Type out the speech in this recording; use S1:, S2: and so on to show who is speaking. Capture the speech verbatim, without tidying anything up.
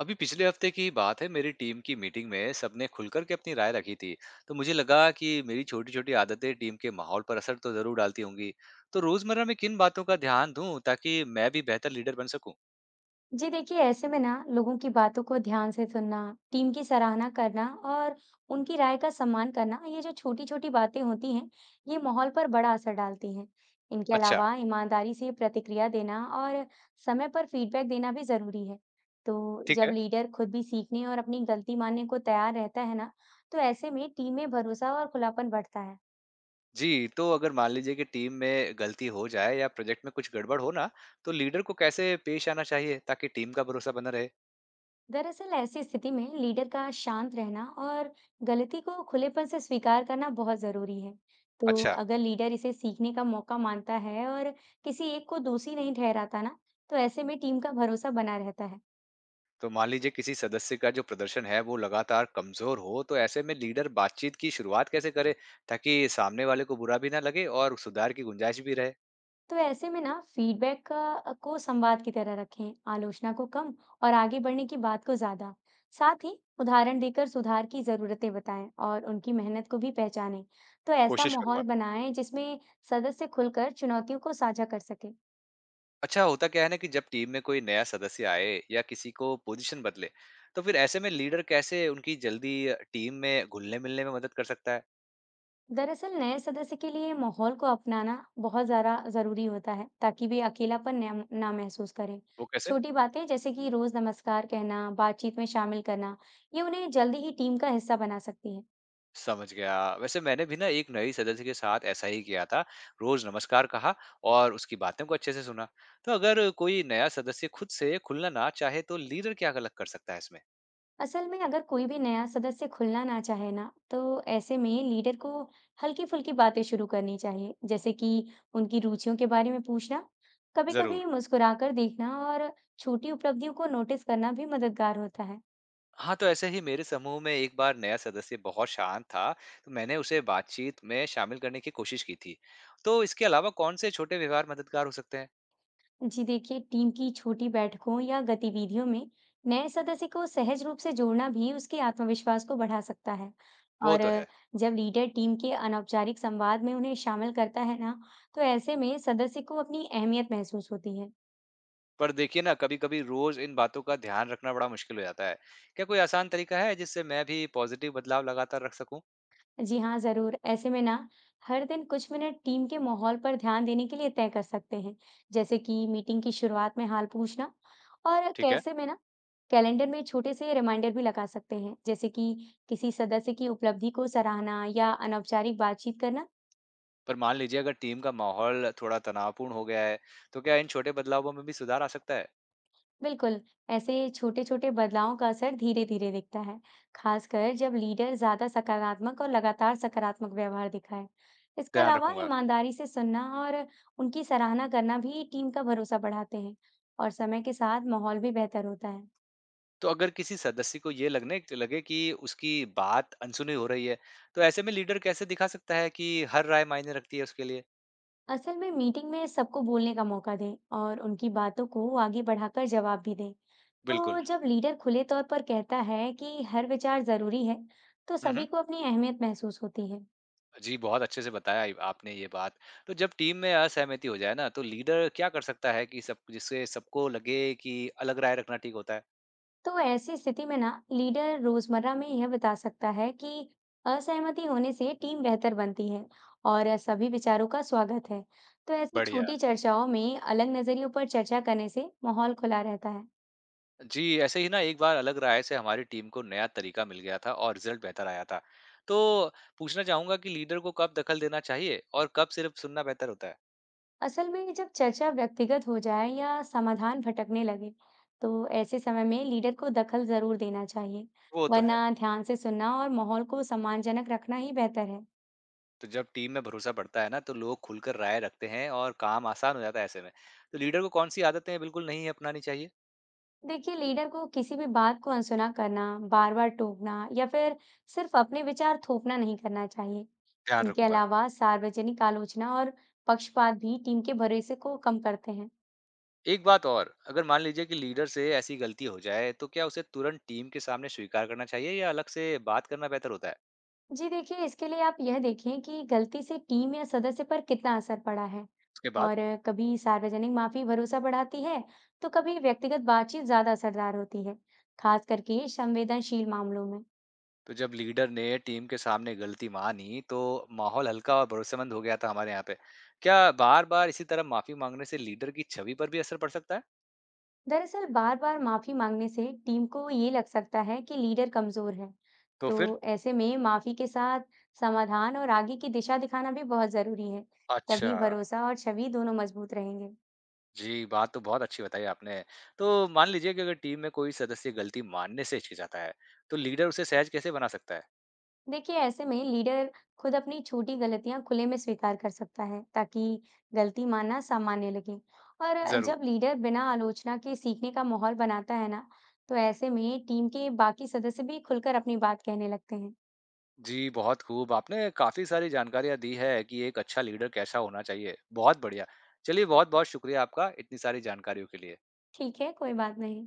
S1: अभी पिछले हफ्ते की बात है, मेरी टीम की मीटिंग में सबने खुलकर के अपनी राय रखी थी। तो मुझे लगा कि मेरी छोटी छोटी आदतें टीम के माहौल पर असर तो जरूर डालती होंगी। तो रोजमर्रा में किन बातों का ध्यान दूं ताकि मैं भी बेहतर लीडर बन सकूं।
S2: जी देखिए ऐसे में ना लोगों की बातों को ध्यान से सुनना, टीम की सराहना करना और उनकी राय का सम्मान करना, ये जो छोटी छोटी बातें होती हैं, ये माहौल पर बड़ा असर डालती हैं। इनके
S1: अच्छा।
S2: अलावा ईमानदारी से प्रतिक्रिया देना और समय पर फीडबैक देना भी जरूरी है। तो
S1: ठीक
S2: जब
S1: है।
S2: लीडर खुद भी सीखने और अपनी गलती मानने को तैयार रहता है ना, तो ऐसे में टीम में भरोसा और खुलापन बढ़ता है।
S1: जी तो अगर मान लीजिए कि टीम में गलती हो जाए या प्रोजेक्ट में कुछ गड़बड़ हो ना, तो लीडर को कैसे पेश आना चाहिए ताकि टीम का भरोसा बना रहे।
S2: दरअसल ऐसी स्थिति में लीडर का शांत रहना और गलती को खुलेपन से स्वीकार करना बहुत जरूरी है। तो
S1: अच्छा।
S2: अगर लीडर इसे सीखने का मौका मानता है और किसी एक को दोषी नहीं ठहराता ना, तो ऐसे में टीम का भरोसा बना रहता है।
S1: तो मान लीजिए किसी सदस्य का जो प्रदर्शन है वो लगातार कमजोर हो, तो ऐसे में लीडर बातचीत की शुरुआत कैसे करे ताकि सामने वाले को बुरा भी ना लगे और सुधार की गुंजाइश भी रहे।
S2: तो ऐसे में ना फीडबैक का को संवाद की तरह रखें, आलोचना को कम और आगे बढ़ने की बात को ज्यादा। साथ ही उदाहरण देकर सुधार की जरूरतें बताएं और उनकी मेहनत को भी पहचानें। तो ऐसा
S1: कोशिश करूंगा।
S2: माहौल बनाएं जिसमें सदस्य खुलकर चुनौतियों को साझा कर सके।
S1: अच्छा होता क्या है ना कि जब टीम में कोई नया सदस्य आए या किसी को पोजीशन बदले, तो फिर ऐसे में लीडर कैसे उनकी जल्दी टीम में घुलने मिलने में मदद कर सकता है।
S2: दरअसल नए सदस्य के लिए माहौल को अपनाना बहुत ज़्यादा ज़रूरी होता है ताकि वे अकेलापन ना ना महसूस करें।
S1: वो कैसे।
S2: छोटी बातें जैसे कि रोज़ नमस्कार कहना, बातचीत में शामिल करना, ये उन्हें जल्दी ही टीम का हिस्सा बना सकती है।
S1: समझ गया। वैसे मैंने भी ना एक नई सदस्य के साथ ऐसा ही किया था। रोज़ नमस्कार कहा और उसकी बातों को अच्छे से सुना। तो अगर कोई नया सदस्य खुद से खुलना ना चाहे तो लीडर क्या अलग कर सकता है इसमें?
S2: असल में अगर कोई भी नया सदस्य खुलना ना चाहे ना, तो ऐसे में लीडर को हल्की फुल्की बातें शुरू करनी चाहिए, जैसे कि उनकी रुचियों के बारे में पूछना, कभी कभी
S1: ज़रूर।
S2: मुस्कुराकर देखना और छोटी उपलब्धियों को नोटिस करना भी मददगार होता है।
S1: हाँ, तो ऐसे ही मेरे समूह में एक बार नया सदस्य बहुत शांत था, तो मैंने उसे बातचीत में शामिल करने की कोशिश की थी। तो इसके अलावा कौन से छोटे व्यवहार मददगार हो सकते हैं?
S2: जी देखिए, टीम की छोटी बैठकों या गतिविधियों में नए सदस्य को सहज रूप से जोड़ना भी उसके आत्मविश्वास को बढ़ा सकता है।
S1: वो
S2: और
S1: तो
S2: अ,
S1: है।
S2: जब लीडर टीम के अनौपचारिक संवाद में उन्हें शामिल करता है ना, तो ऐसे में सदस्य को अपनी अहमियत महसूस होती है।
S1: पर देखिए ना, कभी-कभी रोज़ इन बातों का ध्यान रखना बड़ा मुश्किल हो जाता है। क्या कोई आसान तरीका है जिससे मैं भी पॉजिटिव बदलाव लगातार रख सकूं?
S2: जी हाँ, ज़रूर। ऐसे में ना, हर दिन कुछ मिनट टीम के माहौल पर ध्यान देने के लिए तय कर सकते हैं, जैसे कि मीटिंग की शुरुआत में हाल पूछना और
S1: ठीक है।
S2: कैसे में ना, कैलेंडर में छोटे से रिमाइंडर भी लगा सकते हैं, जैसे कि किसी सदस्य की उपलब्धि को सराहना या अनौपचारिक बातचीत करना।
S1: पर मान लीजिए अगर टीम का माहौल थोड़ा तनावपूर्ण हो गया है, तो क्या इन छोटे बदलावों में भी सुधार आ सकता है?
S2: बिल्कुल। ऐसे छोटे-छोटे बदलावों का असर धीरे-धीरे दिखता है, खासकर जब लीडर ज्यादा सकारात्मक और लगातार सकारात्मक व्यवहार दिखाए। इसके
S1: ध्यान
S2: अलावा
S1: रखूँगा।
S2: ईमानदारी से सुनना और उनकी सराहना करना भी टीम का भरोसा बढ़ाते हैं और समय के साथ माहौल भी बेहतर होता है।
S1: तो अगर किसी सदस्य को ये लगने लगे कि उसकी बात अनसुनी हो रही है, तो ऐसे में लीडर कैसे दिखा सकता है कि हर राय मायने रखती है उसके लिए?
S2: असल में मीटिंग में सबको बोलने का मौका दें और उनकी बातों को आगे बढ़ाकर जवाब भी दें। तो
S1: बिल्कुल।
S2: जब लीडर खुले तौर पर कहता है कि हर विचार जरूरी है, तो
S1: हुँ,
S2: सभी
S1: हुँ।
S2: को अपनी अहमियत महसूस होती है।
S1: जी, बहुत अच्छे से बताया इ आपने ये बात। तो जब टीम में असहमति हो जाए ना, तो लीडर क्या कर सकता है कि सब जिससे सबको लगे कि अलग राय रखना ठीक होता है?
S2: तो ऐसी स्थिति में ना लीडर रोजमर्रा में यह बता सकता है कि असहमति होने से टीम बेहतर बनती है और सभी विचारों का स्वागत है। तो ऐसी
S1: बढ़िया।
S2: छोटी चर्चाओं में अलग नजरियों पर चर्चा करने से माहौल खुला रहता है।
S1: जी, ऐसे ही ना एक बार अलग राय से हमारी टीम को नया तरीका मिल गया था और रिजल्ट बेहतर आया था। तो पूछना चाहूंगा कि लीडर को कब दखल देना चाहिए और कब सिर्फ सुनना बेहतर होता है?
S2: असल में जब चर्चा व्यक्तिगत हो जाए या समाधान भटकने लगे, तो ऐसे समय में लीडर को दखल जरूर देना चाहिए,
S1: वो तो
S2: वरना
S1: है।
S2: ध्यान से सुनना और माहौल को सम्मानजनक रखना ही बेहतर है।
S1: तो जब टीम में भरोसा बढ़ता है ना, तो लोग खुलकर राय रखते हैं और काम आसान हो जाता है ऐसे में। तो लीडर को कौन सी आदतें बिल्कुल नहीं अपनानी चाहिए?
S2: देखिए, लीडर को किसी भी बात को अनसुना करना, बार-बार टोकना या फिर सिर्फ अपने विचार थोपना नहीं करना चाहिए।
S1: ध्यान
S2: इनके
S1: रखूंगा।
S2: अलावा सार्वजनिक आलोचना और पक्षपात भी टीम के भरोसे को कम करते हैं।
S1: एक बात और, अगर मान लीजिए कि लीडर से ऐसी गलती हो जाए तो क्या उसे तुरंत टीम के सामने स्वीकार करना चाहिए या अलग से बात करना बेहतर होता है?
S2: जी देखिए, इसके लिए आप यह देखें कि गलती से टीम या सदस्य पर कितना असर पड़ा है।
S1: उसके बाद
S2: और कभी सार्वजनिक माफी भरोसा बढ़ाती है, तो कभी व्यक्तिगत बातचीत ज्यादा असरदार होती है, खास करके संवेदनशील मामलों में।
S1: तो जब लीडर ने टीम के सामने गलती मानी, तो माहौल हल्का और भरोसेमंद हो गया था हमारे यहाँ पे। क्या बार बार इसी तरह माफी मांगने से लीडर की छवि पर भी असर पड़ सकता है?
S2: दरअसल बार बार माफी मांगने से टीम को ये लग सकता है कि लीडर कमजोर है।
S1: तो
S2: तो
S1: फिर
S2: ऐसे में माफी के साथ समाधान और आगे की दिशा दिखाना भी बहुत जरूरी है।
S1: अच्छा।
S2: तभी भरोसा और छवि दोनों मजबूत रहेंगे।
S1: जी, बात तो बहुत अच्छी बताई आपने। तो मान लीजिए कि अगर टीम में कोई सदस्य गलती मानने से हिचकिचाता है, तो लीडर उसे सहज कैसे बना सकता है?
S2: देखिए, ऐसे में लीडर खुद अपनी छोटी गलतियां खुले में स्वीकार कर सकता है, ताकि गलती मानना सामान्य लगे। और
S1: जरूर।
S2: जब लीडर बिना आलोचना के सीखने का माहौल बनाता है ना, तो ऐसे में टीम के बाकी सदस्य भी खुलकर अपनी बात कहने लगते हैं।
S1: जी बहुत खूब, आपने काफी सारी जानकारियां दी है कि एक अच्छा लीडर कैसा होना चाहिए। बहुत बढ़िया। चलिए, बहुत बहुत शुक्रिया आपका इतनी सारी जानकारियों के लिए।
S2: ठीक है, कोई बात नहीं।